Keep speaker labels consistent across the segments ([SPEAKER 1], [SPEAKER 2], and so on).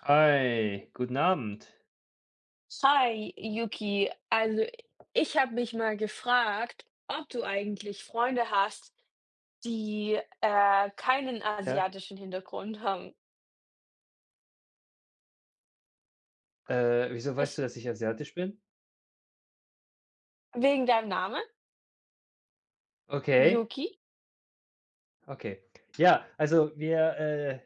[SPEAKER 1] Hi, guten Abend.
[SPEAKER 2] Hi, Yuki. Also, ich habe mich mal gefragt, ob du eigentlich Freunde hast, die keinen
[SPEAKER 1] Ja,
[SPEAKER 2] asiatischen Hintergrund haben.
[SPEAKER 1] wieso weißt
[SPEAKER 2] Das
[SPEAKER 1] du, dass ich asiatisch bin?
[SPEAKER 2] wegen deinem Namen,
[SPEAKER 1] Okay,
[SPEAKER 2] Yuki.
[SPEAKER 1] okay. Ja, also wir,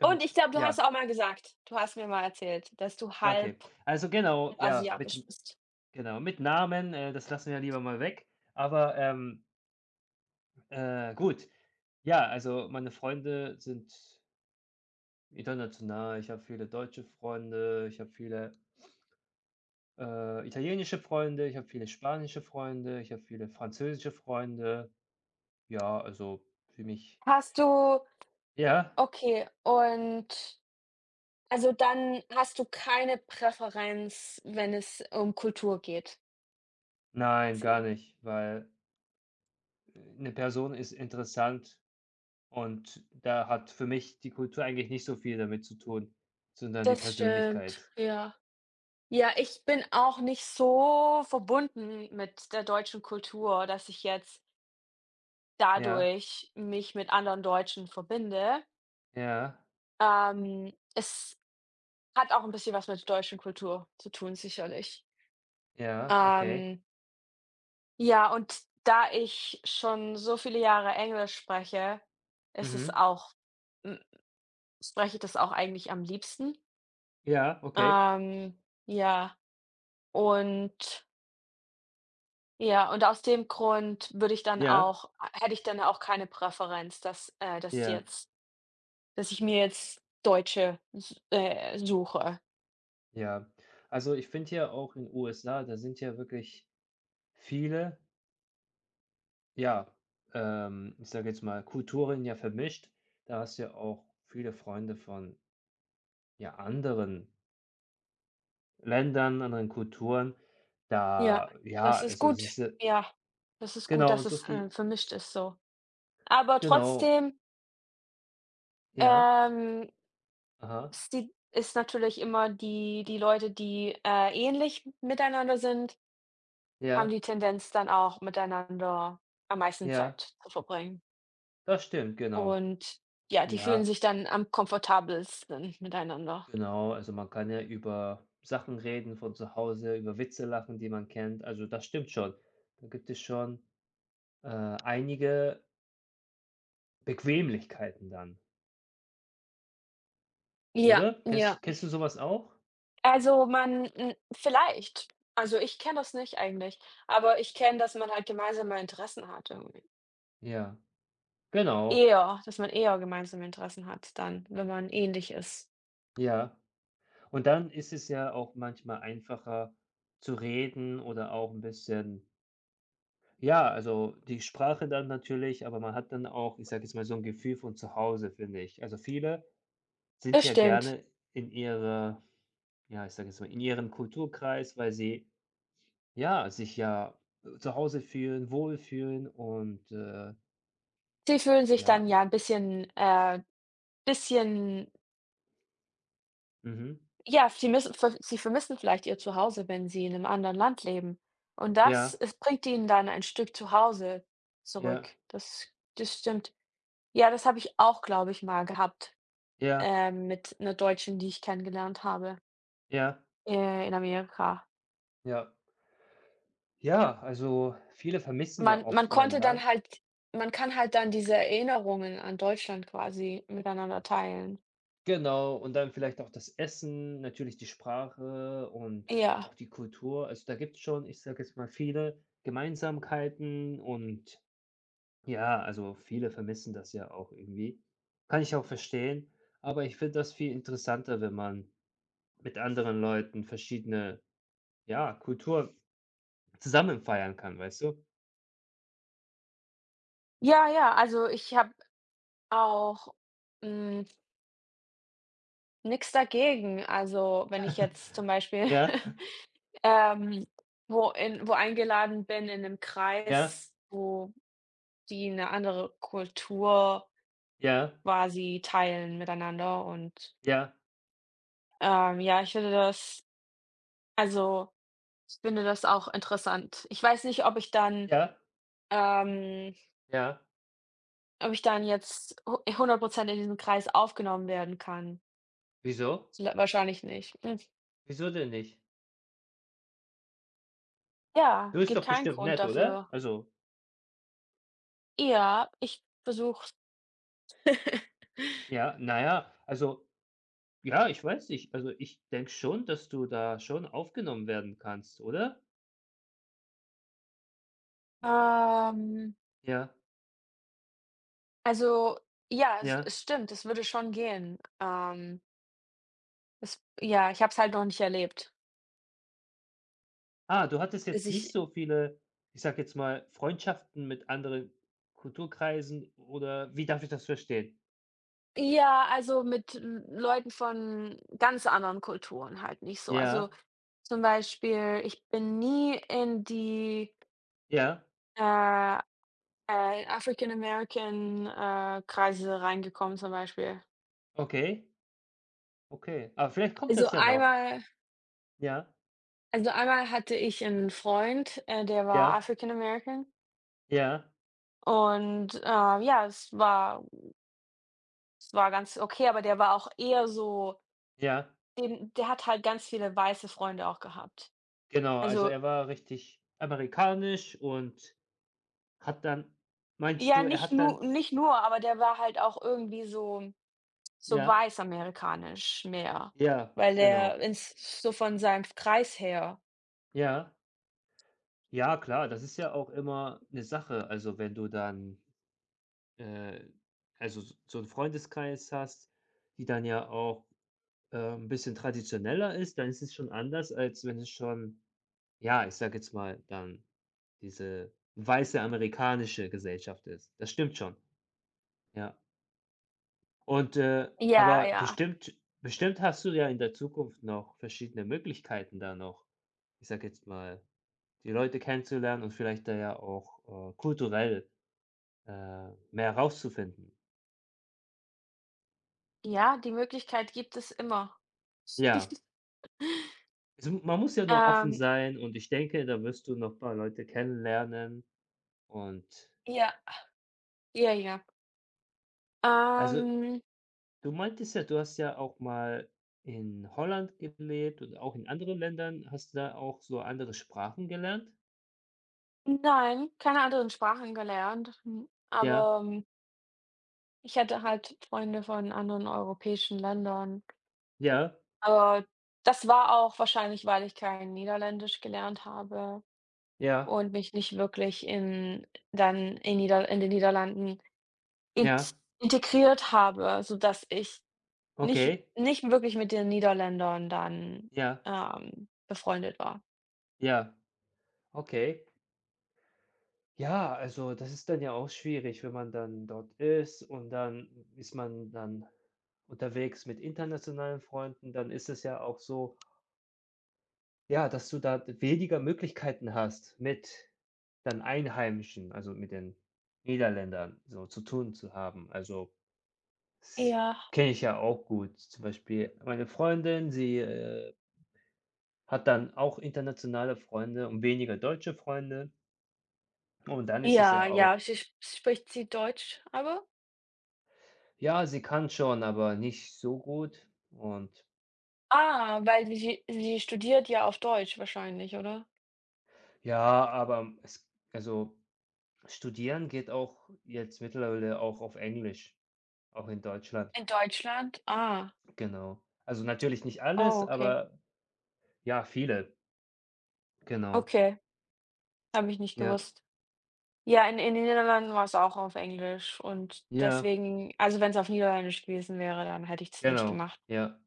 [SPEAKER 1] ähm,
[SPEAKER 2] Und ich glaube, du hast
[SPEAKER 1] ja,
[SPEAKER 2] auch mal gesagt, du hast mir mal erzählt, dass du
[SPEAKER 1] okay.
[SPEAKER 2] halb
[SPEAKER 1] Also genau, ja, mit,
[SPEAKER 2] asiatisch bist.
[SPEAKER 1] genau, mit Namen, das lassen wir lieber mal weg. Aber gut, ja, also meine Freunde sind international. Ich habe viele deutsche Freunde, ich habe viele italienische Freunde, ich habe viele spanische Freunde, ich habe viele französische Freunde. Ja, also für mich.
[SPEAKER 2] Hast du,
[SPEAKER 1] Ja?
[SPEAKER 2] okay, und also dann hast du keine Präferenz, wenn es um Kultur geht.
[SPEAKER 1] Nein, gar
[SPEAKER 2] Sie.
[SPEAKER 1] nicht, weil eine Person ist interessant und da hat für mich die Kultur eigentlich nicht so viel damit zu tun, sondern die
[SPEAKER 2] Das stimmt,
[SPEAKER 1] Persönlichkeit.
[SPEAKER 2] ja. Ja, ich bin auch nicht so verbunden mit der deutschen Kultur, dass ich jetzt
[SPEAKER 1] Ja,
[SPEAKER 2] dadurch mich mit anderen Deutschen verbinde.
[SPEAKER 1] ja,
[SPEAKER 2] Es hat auch ein bisschen was mit der deutschen Kultur zu tun, sicherlich.
[SPEAKER 1] ja, okay.
[SPEAKER 2] Ähm, ja, und da ich schon so viele Jahre Englisch spreche, ist es
[SPEAKER 1] Mhm.
[SPEAKER 2] auch hm, spreche ich das auch eigentlich am liebsten.
[SPEAKER 1] Ja, okay.
[SPEAKER 2] Ähm, ja, und Ja, und aus dem Grund würde ich dann
[SPEAKER 1] Ja,
[SPEAKER 2] auch hätte ich dann auch keine Präferenz, dass, äh, dass
[SPEAKER 1] ja,
[SPEAKER 2] jetzt dass ich mir jetzt Deutsche s suche.
[SPEAKER 1] ja. Also, ich finde ja auch in USA, da sind ja wirklich viele, ja, ich sage jetzt mal, Kulturen ja vermischt. Da hast du ja auch viele Freunde von, ja, anderen Ländern, anderen Kulturen,
[SPEAKER 2] Ja,
[SPEAKER 1] da ja,
[SPEAKER 2] das ist
[SPEAKER 1] also es
[SPEAKER 2] gut.
[SPEAKER 1] ist ja
[SPEAKER 2] Ja, das ist gut,
[SPEAKER 1] genau,
[SPEAKER 2] dass
[SPEAKER 1] so
[SPEAKER 2] es,
[SPEAKER 1] viel
[SPEAKER 2] vermischt ist so. Aber
[SPEAKER 1] genau,
[SPEAKER 2] trotzdem,
[SPEAKER 1] ja,
[SPEAKER 2] ähm,
[SPEAKER 1] aha,
[SPEAKER 2] sie ist natürlich immer die Leute, die, ähnlich miteinander sind, haben
[SPEAKER 1] ja,
[SPEAKER 2] die Tendenz dann auch miteinander am meisten
[SPEAKER 1] ja,
[SPEAKER 2] Zeit zu verbringen.
[SPEAKER 1] das stimmt, genau.
[SPEAKER 2] Und ja, die fühlen
[SPEAKER 1] Ja,
[SPEAKER 2] sich dann am komfortabelsten miteinander.
[SPEAKER 1] genau, also man kann ja über Sachen reden von zu Hause, über Witze lachen, die man kennt, also das stimmt schon. Da gibt es schon, äh, einige Bequemlichkeiten dann,
[SPEAKER 2] Ja,
[SPEAKER 1] oder?
[SPEAKER 2] ja.
[SPEAKER 1] Kennst du sowas auch?
[SPEAKER 2] Also, man vielleicht. Also, ich kenne das nicht eigentlich, aber ich kenne, dass man halt gemeinsame Interessen hat irgendwie.
[SPEAKER 1] Ja, genau,
[SPEAKER 2] Eher, dass man eher gemeinsame Interessen hat dann, wenn man ähnlich ist.
[SPEAKER 1] ja. Und dann ist es ja auch manchmal einfacher zu reden oder auch ein bisschen ja, also die Sprache dann natürlich, aber man hat dann auch, ich sage jetzt mal, so ein Gefühl von zu Hause, finde ich. Also viele sind
[SPEAKER 2] Das
[SPEAKER 1] ja
[SPEAKER 2] stimmt.
[SPEAKER 1] gerne in ihrer ja, ich sage jetzt mal, in ihrem Kulturkreis, weil sie, ja, sich ja, zu Hause fühlen, wohlfühlen und,
[SPEAKER 2] Sie fühlen sich
[SPEAKER 1] ja.
[SPEAKER 2] dann ja ein bisschen.
[SPEAKER 1] Mhm.
[SPEAKER 2] Ja, sie müssen ver sie vermissen vielleicht ihr Zuhause, wenn sie in einem anderen Land leben. Und das
[SPEAKER 1] Ja,
[SPEAKER 2] es bringt ihnen dann ein Stück Zuhause
[SPEAKER 1] ja,
[SPEAKER 2] zurück. Das stimmt. Ja, das habe ich auch, glaube ich, mal gehabt,
[SPEAKER 1] ja,
[SPEAKER 2] mit einer Deutschen, die ich kennengelernt habe,
[SPEAKER 1] ja,
[SPEAKER 2] in Amerika.
[SPEAKER 1] ja. Ja, also viele vermissen ja
[SPEAKER 2] Man
[SPEAKER 1] oft
[SPEAKER 2] man
[SPEAKER 1] ihr
[SPEAKER 2] konnte dann
[SPEAKER 1] Land.
[SPEAKER 2] halt man kann halt dann diese Erinnerungen an Deutschland quasi miteinander teilen.
[SPEAKER 1] Genau, und dann vielleicht auch das Essen, natürlich die Sprache und
[SPEAKER 2] Ja.
[SPEAKER 1] auch die Kultur. Also, da gibt's schon, ich sage jetzt mal, viele Gemeinsamkeiten und ja, also, viele vermissen das ja auch irgendwie. Kann ich auch verstehen, aber ich finde das viel interessanter, wenn man mit anderen Leuten verschiedene, ja, Kultur zusammen feiern kann, weißt du?
[SPEAKER 2] Ja, ja, also, ich habe auch, nichts dagegen. Also, wenn ich jetzt zum Beispiel
[SPEAKER 1] Ja,
[SPEAKER 2] Ähm, wo eingeladen bin in einem
[SPEAKER 1] ja,
[SPEAKER 2] Kreis, wo die eine andere Kultur
[SPEAKER 1] ja,
[SPEAKER 2] quasi teilen miteinander und,
[SPEAKER 1] ja,
[SPEAKER 2] ja, also, ich finde das auch interessant. Ich weiß nicht,
[SPEAKER 1] ja,
[SPEAKER 2] ähm,
[SPEAKER 1] ja.
[SPEAKER 2] ob ich dann jetzt hu 100 in diesem Kreis aufgenommen werden kann.
[SPEAKER 1] Wieso?
[SPEAKER 2] L wahrscheinlich nicht. Hm,
[SPEAKER 1] Wieso denn nicht?
[SPEAKER 2] ja,
[SPEAKER 1] Du bist
[SPEAKER 2] gibt
[SPEAKER 1] doch
[SPEAKER 2] keinen
[SPEAKER 1] bestimmt
[SPEAKER 2] Grund
[SPEAKER 1] nett, oder?
[SPEAKER 2] dafür.
[SPEAKER 1] Also
[SPEAKER 2] Ja, ich versuche
[SPEAKER 1] ja, naja, also ja, ich weiß nicht. Also, ich denke schon, dass du da schon aufgenommen werden kannst, oder?
[SPEAKER 2] Ähm
[SPEAKER 1] Ja,
[SPEAKER 2] Also, ja, es
[SPEAKER 1] ja.
[SPEAKER 2] es stimmt, es würde schon gehen. Es Ja, ich habe es halt noch nicht erlebt.
[SPEAKER 1] Ah, du hattest
[SPEAKER 2] Dass
[SPEAKER 1] jetzt nicht
[SPEAKER 2] ich
[SPEAKER 1] so viele, ich sag jetzt mal, Freundschaften mit anderen Kulturkreisen oder wie darf ich das verstehen?
[SPEAKER 2] Ja, also, mit L Leuten von ganz anderen Kulturen halt nicht so. Also,
[SPEAKER 1] Ja,
[SPEAKER 2] zum Beispiel, ich bin nie in die,
[SPEAKER 1] ja,
[SPEAKER 2] äh, African American, Kreise reingekommen zum Beispiel.
[SPEAKER 1] okay, okay. Aber vielleicht kommt
[SPEAKER 2] Also,
[SPEAKER 1] das ja noch.
[SPEAKER 2] einmal
[SPEAKER 1] Ja,
[SPEAKER 2] also, einmal hatte ich einen Freund, der war
[SPEAKER 1] ja,
[SPEAKER 2] African American
[SPEAKER 1] ja,
[SPEAKER 2] und, ja, es war ganz okay, aber der war auch eher so
[SPEAKER 1] ja,
[SPEAKER 2] den der hat halt ganz viele weiße Freunde auch gehabt.
[SPEAKER 1] genau. Also,
[SPEAKER 2] Also,
[SPEAKER 1] er war richtig amerikanisch und hat dann meinst
[SPEAKER 2] ja,
[SPEAKER 1] du, er
[SPEAKER 2] nicht
[SPEAKER 1] hat
[SPEAKER 2] nur,
[SPEAKER 1] dann
[SPEAKER 2] nicht nur, aber der war halt auch irgendwie so
[SPEAKER 1] ja,
[SPEAKER 2] weißamerikanisch mehr,
[SPEAKER 1] ja,
[SPEAKER 2] weil der
[SPEAKER 1] genau.
[SPEAKER 2] ins so von seinem Kreis her.
[SPEAKER 1] Ja, ja klar, das ist ja auch immer eine Sache. Also, wenn du dann, äh, also, s so 'n Freundeskreis hast, die dann ja auch, 'n bisschen traditioneller ist, dann ist es schon anders, als wenn es schon, ja, ich sage jetzt mal, dann diese weiße amerikanische Gesellschaft ist. Das stimmt schon, ja. Und,
[SPEAKER 2] Ja,
[SPEAKER 1] aber
[SPEAKER 2] ja.
[SPEAKER 1] bestimmt hast du ja in der Zukunft noch verschiedene Möglichkeiten, da noch, ich sage jetzt mal, die Leute kennenzulernen und vielleicht da ja auch, kulturell mehr rauszufinden.
[SPEAKER 2] Ja, die Möglichkeit gibt es immer.
[SPEAKER 1] Ja, also, man muss ja nur offen
[SPEAKER 2] Ähm,
[SPEAKER 1] sein und ich denke, da wirst du noch ein paar Leute kennenlernen und
[SPEAKER 2] ja, ja, ja.
[SPEAKER 1] also,
[SPEAKER 2] Ähm,
[SPEAKER 1] du meintest ja, du hast ja auch mal in Holland gelebt und auch in anderen Ländern. Hast du da auch so andere Sprachen gelernt?
[SPEAKER 2] nein, keine anderen Sprachen gelernt,
[SPEAKER 1] Ja,
[SPEAKER 2] aber, ich hatte halt Freunde von anderen europäischen Ländern.
[SPEAKER 1] ja,
[SPEAKER 2] Aber das war auch wahrscheinlich, weil ich kein Niederländisch gelernt habe
[SPEAKER 1] ja,
[SPEAKER 2] und mich nicht wirklich in den Niederlanden
[SPEAKER 1] ja,
[SPEAKER 2] int integriert habe, sodass ich Nicht
[SPEAKER 1] okay,
[SPEAKER 2] nicht wirklich mit den Niederländern dann,
[SPEAKER 1] ja,
[SPEAKER 2] befreundet war.
[SPEAKER 1] ja, okay. Ja, also das ist dann ja auch schwierig, wenn man dann dort ist und dann ist man dann unterwegs mit internationalen Freunden, dann ist es ja auch so, ja, dass du da weniger Möglichkeiten hast, mit dann Einheimischen, also mit den Niederländern so zu tun zu haben. Also, das
[SPEAKER 2] Ja,
[SPEAKER 1] kenne ich ja auch gut. Zum Beispiel meine Freundin, sie, hat dann auch internationale Freunde und weniger deutsche Freunde und dann ist es
[SPEAKER 2] ja,
[SPEAKER 1] ja
[SPEAKER 2] ja.
[SPEAKER 1] auch
[SPEAKER 2] Sie sp spricht sie Deutsch aber?
[SPEAKER 1] ja, sie kann schon, aber nicht so gut und
[SPEAKER 2] Ah, weil sie studiert ja auf Deutsch wahrscheinlich, oder?
[SPEAKER 1] ja, aber es also, studieren geht auch jetzt mittlerweile auch auf Englisch, auch in Deutschland,
[SPEAKER 2] In Deutschland? Ah,
[SPEAKER 1] genau. Also, natürlich nicht alles,
[SPEAKER 2] oh, okay.
[SPEAKER 1] aber ja, viele, genau.
[SPEAKER 2] Okay, habe ich nicht
[SPEAKER 1] Ja,
[SPEAKER 2] gewusst. Ja, in den Niederlanden war's auch auf Englisch und
[SPEAKER 1] ja,
[SPEAKER 2] deswegen also, wenn's auf Niederländisch gewesen wäre, dann hätte ich das nicht
[SPEAKER 1] genau,
[SPEAKER 2] gemacht.
[SPEAKER 1] ja.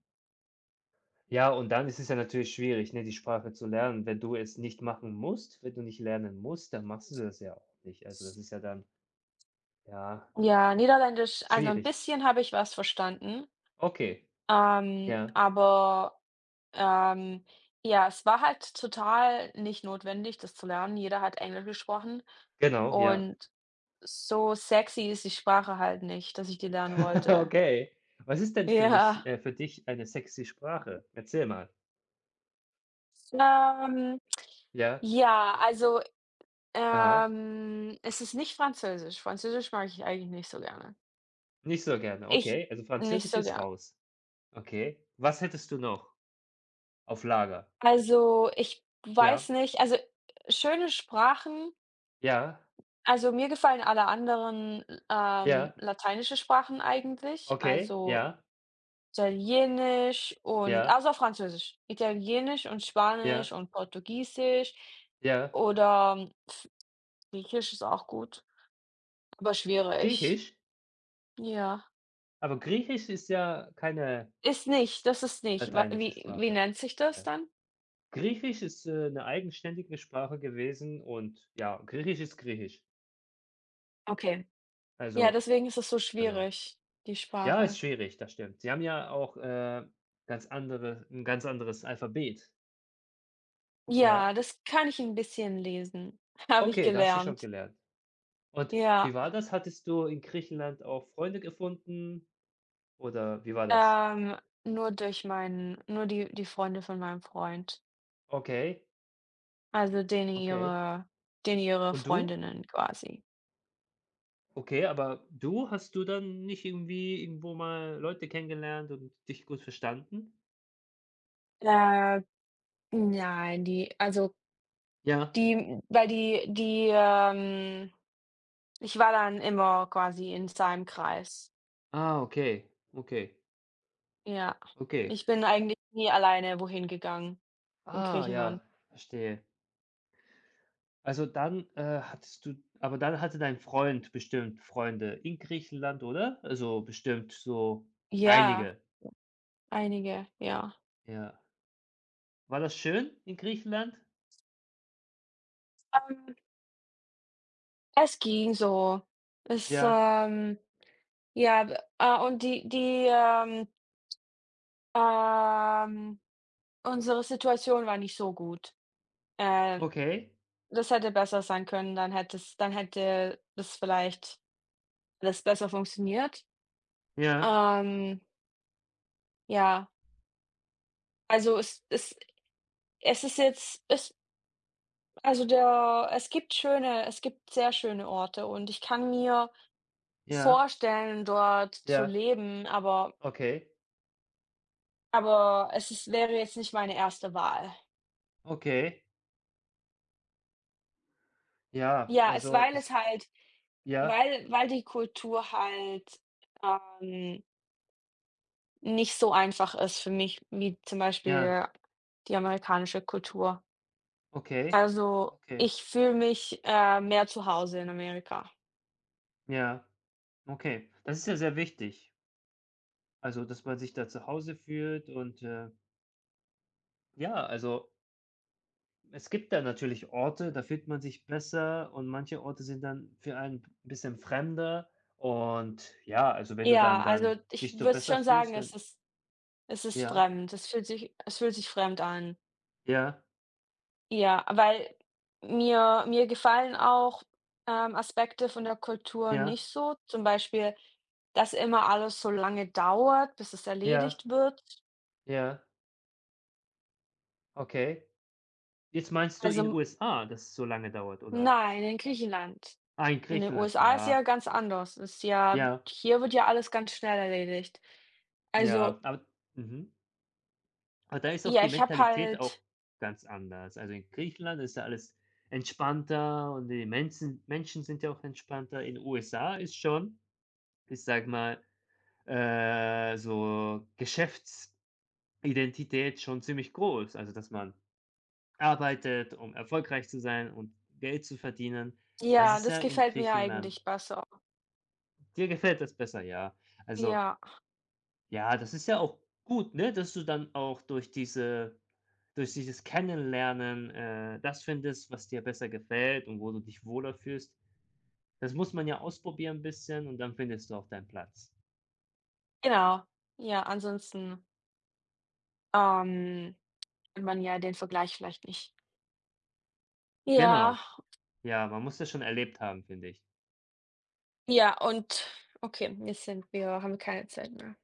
[SPEAKER 1] Ja, und dann ist es ja natürlich schwierig, ne, die Sprache zu lernen. Wenn du es nicht machen musst, wenn du nicht lernen musst, dann machst du das ja auch nicht. Also, das ist ja dann, ja,
[SPEAKER 2] Ja, Niederländisch also, 'n
[SPEAKER 1] schwierig.
[SPEAKER 2] bisschen habe ich was verstanden,
[SPEAKER 1] Okay, ja,
[SPEAKER 2] aber. Ähm, ja, es war halt total nicht notwendig, das zu lernen. Jeder hat Englisch gesprochen
[SPEAKER 1] genau, ja.
[SPEAKER 2] und so sexy ist die Sprache halt nicht, dass ich die lernen wollte.
[SPEAKER 1] Okay. Was ist denn für mich
[SPEAKER 2] Ja.
[SPEAKER 1] für dich eine sexy Sprache? Erzähl mal.
[SPEAKER 2] Ähm,
[SPEAKER 1] Ja?
[SPEAKER 2] ja, also,
[SPEAKER 1] Aha.
[SPEAKER 2] es ist nicht Französisch. Französisch mag ich eigentlich nicht so gerne.
[SPEAKER 1] Nicht so gerne.
[SPEAKER 2] Ich
[SPEAKER 1] Okay, also
[SPEAKER 2] nicht
[SPEAKER 1] Französisch
[SPEAKER 2] so
[SPEAKER 1] ist
[SPEAKER 2] gern.
[SPEAKER 1] raus. Okay. Was hättest du noch auf Lager?
[SPEAKER 2] Also, ich
[SPEAKER 1] Ja.
[SPEAKER 2] weiß nicht, also, schöne Sprachen
[SPEAKER 1] Ja.
[SPEAKER 2] also, mir gefallen alle anderen,
[SPEAKER 1] Ja.
[SPEAKER 2] lateinische Sprachen eigentlich.
[SPEAKER 1] Okay.
[SPEAKER 2] Also
[SPEAKER 1] Ja.
[SPEAKER 2] Italienisch und
[SPEAKER 1] Ja.
[SPEAKER 2] also auf Französisch. Italienisch und Spanisch
[SPEAKER 1] Ja.
[SPEAKER 2] und Portugiesisch
[SPEAKER 1] Ja.
[SPEAKER 2] oder Griechisch ist auch gut, aber schwierig.
[SPEAKER 1] Griechisch?
[SPEAKER 2] Ja.
[SPEAKER 1] Aber Griechisch ist ja keine
[SPEAKER 2] Ist nicht, das ist nicht. Wa
[SPEAKER 1] lateinische
[SPEAKER 2] wie wie
[SPEAKER 1] Sprache.
[SPEAKER 2] nennt sich das
[SPEAKER 1] Ja.
[SPEAKER 2] dann?
[SPEAKER 1] Griechisch ist, 'ne eigenständige Sprache gewesen und ja, Griechisch ist Griechisch.
[SPEAKER 2] Okay. Ja,
[SPEAKER 1] Also,
[SPEAKER 2] deswegen ist es so
[SPEAKER 1] genau.
[SPEAKER 2] schwierig, die
[SPEAKER 1] Ja, ist
[SPEAKER 2] Sprache.
[SPEAKER 1] schwierig, das stimmt. Sie haben ja auch, ganz andere ein ganz anderes Alphabet. Ja.
[SPEAKER 2] Ja, das kann ich ein bisschen lesen, habe ich
[SPEAKER 1] Okay, da hast du schon
[SPEAKER 2] gelernt.
[SPEAKER 1] gelernt. Und
[SPEAKER 2] Ja,
[SPEAKER 1] wie war das? Hattest du in Griechenland auch Freunde gefunden oder wie war das?
[SPEAKER 2] ähm, nur durch meinen nur die die Freunde von meinem Freund.
[SPEAKER 1] Okay,
[SPEAKER 2] Also, denen
[SPEAKER 1] okay.
[SPEAKER 2] ihre denen ihre
[SPEAKER 1] Und du?
[SPEAKER 2] Freundinnen quasi?
[SPEAKER 1] Okay, aber du hast du dann nicht irgendwie irgendwo mal Leute kennengelernt und dich gut verstanden?
[SPEAKER 2] Äh, nein. die also,
[SPEAKER 1] Ja.
[SPEAKER 2] die weil die die, Ich war dann immer quasi in seinem Kreis.
[SPEAKER 1] Ah, okay, okay,
[SPEAKER 2] Ja.
[SPEAKER 1] okay.
[SPEAKER 2] Ich bin eigentlich nie alleine wohin gegangen in
[SPEAKER 1] Ah ja,
[SPEAKER 2] Griechenland.
[SPEAKER 1] verstehe. Also dann, hattest du aber dann hatte dein Freund bestimmt Freunde in Griechenland, oder? Also bestimmt so
[SPEAKER 2] Ja,
[SPEAKER 1] einige,
[SPEAKER 2] einige, ja.
[SPEAKER 1] ja. War das schön in Griechenland?
[SPEAKER 2] Ähm, Es ging so. Es,
[SPEAKER 1] Ja,
[SPEAKER 2] ähm ja. w und die die, ähm, Unsere Situation war nicht so gut. Äh
[SPEAKER 1] okay.
[SPEAKER 2] Das hätte besser sein können, dann hätte das vielleicht alles besser funktioniert.
[SPEAKER 1] Ja,
[SPEAKER 2] Ähm, ja, also es es es ist jetzt es also der es gibt sehr schöne Orte und ich kann mir
[SPEAKER 1] ja,
[SPEAKER 2] vorstellen, dort zu
[SPEAKER 1] ja,
[SPEAKER 2] leben,
[SPEAKER 1] okay,
[SPEAKER 2] aber es ist wäre jetzt nicht meine erste Wahl.
[SPEAKER 1] okay. Ja,
[SPEAKER 2] Ja, es
[SPEAKER 1] also
[SPEAKER 2] weil es
[SPEAKER 1] es
[SPEAKER 2] halt
[SPEAKER 1] ja,
[SPEAKER 2] weil weil die Kultur halt, ähm Nicht so einfach ist für mich wie zum
[SPEAKER 1] ja,
[SPEAKER 2] Beispiel die amerikanische Kultur.
[SPEAKER 1] okay,
[SPEAKER 2] Also,
[SPEAKER 1] okay,
[SPEAKER 2] ich fühle mich, mehr zu Hause in Amerika.
[SPEAKER 1] ja, okay. Das ist ja sehr wichtig. Also, dass man sich da zu Hause fühlt und, ja, also es gibt da natürlich Orte, da fühlt man sich besser und manche Orte sind dann für einen 'n bisschen fremder. Und ja, also wenn du dann
[SPEAKER 2] Ja, also,
[SPEAKER 1] dann
[SPEAKER 2] ich
[SPEAKER 1] dich so
[SPEAKER 2] würde
[SPEAKER 1] besser
[SPEAKER 2] schon sagen,
[SPEAKER 1] fühlst,
[SPEAKER 2] es
[SPEAKER 1] dann
[SPEAKER 2] ist es ist
[SPEAKER 1] ja,
[SPEAKER 2] fremd. Es fühlt sich fremd an.
[SPEAKER 1] ja,
[SPEAKER 2] Ja, weil mir gefallen auch, Aspekte von der Kultur
[SPEAKER 1] ja,
[SPEAKER 2] nicht so, zum Beispiel, dass immer alles so lange dauert, bis es
[SPEAKER 1] ja,
[SPEAKER 2] erledigt wird.
[SPEAKER 1] ja, okay. Jetzt meinst du
[SPEAKER 2] Also,
[SPEAKER 1] in USA, dass es so lange dauert, oder?
[SPEAKER 2] nein, in Griechenland.
[SPEAKER 1] Ah, in
[SPEAKER 2] In den
[SPEAKER 1] Griechenland,
[SPEAKER 2] USA ist ja
[SPEAKER 1] ja,
[SPEAKER 2] ganz anders. Ist ja
[SPEAKER 1] ja,
[SPEAKER 2] hier wird ja alles ganz schnell erledigt.
[SPEAKER 1] ja,
[SPEAKER 2] Also,
[SPEAKER 1] aber mhm. Aber da ist auch
[SPEAKER 2] ja,
[SPEAKER 1] die
[SPEAKER 2] ich habe
[SPEAKER 1] Mentalität auch
[SPEAKER 2] halt
[SPEAKER 1] ganz anders. Also in Griechenland ist ja alles entspannter und die Menschen sind ja auch entspannter. In USA ist schon ich sage mal, so Geschäftsidentität schon ziemlich groß. Also, dass man arbeitet, um erfolgreich zu sein und Geld zu verdienen. Das
[SPEAKER 2] ja,
[SPEAKER 1] ist
[SPEAKER 2] das
[SPEAKER 1] ja in
[SPEAKER 2] gefällt mir
[SPEAKER 1] Griechenland
[SPEAKER 2] eigentlich besser.
[SPEAKER 1] dir gefällt das besser, ja. Also,
[SPEAKER 2] Ja,
[SPEAKER 1] ja, das ist ja auch gut, ne, dass du dann auch durch diese durch dieses Kennenlernen, das findest, was dir besser gefällt und wo du dich wohler fühlst. Das muss man ja ausprobieren ein bisschen und dann findest du auch deinen Platz.
[SPEAKER 2] genau. Ja, ansonsten, ähm, hat man ja den Vergleich vielleicht nicht. Ja,
[SPEAKER 1] Genau. Ja, man muss das schon erlebt haben, finde ich.
[SPEAKER 2] ja, und okay, jetzt sind wir haben wir keine Zeit mehr.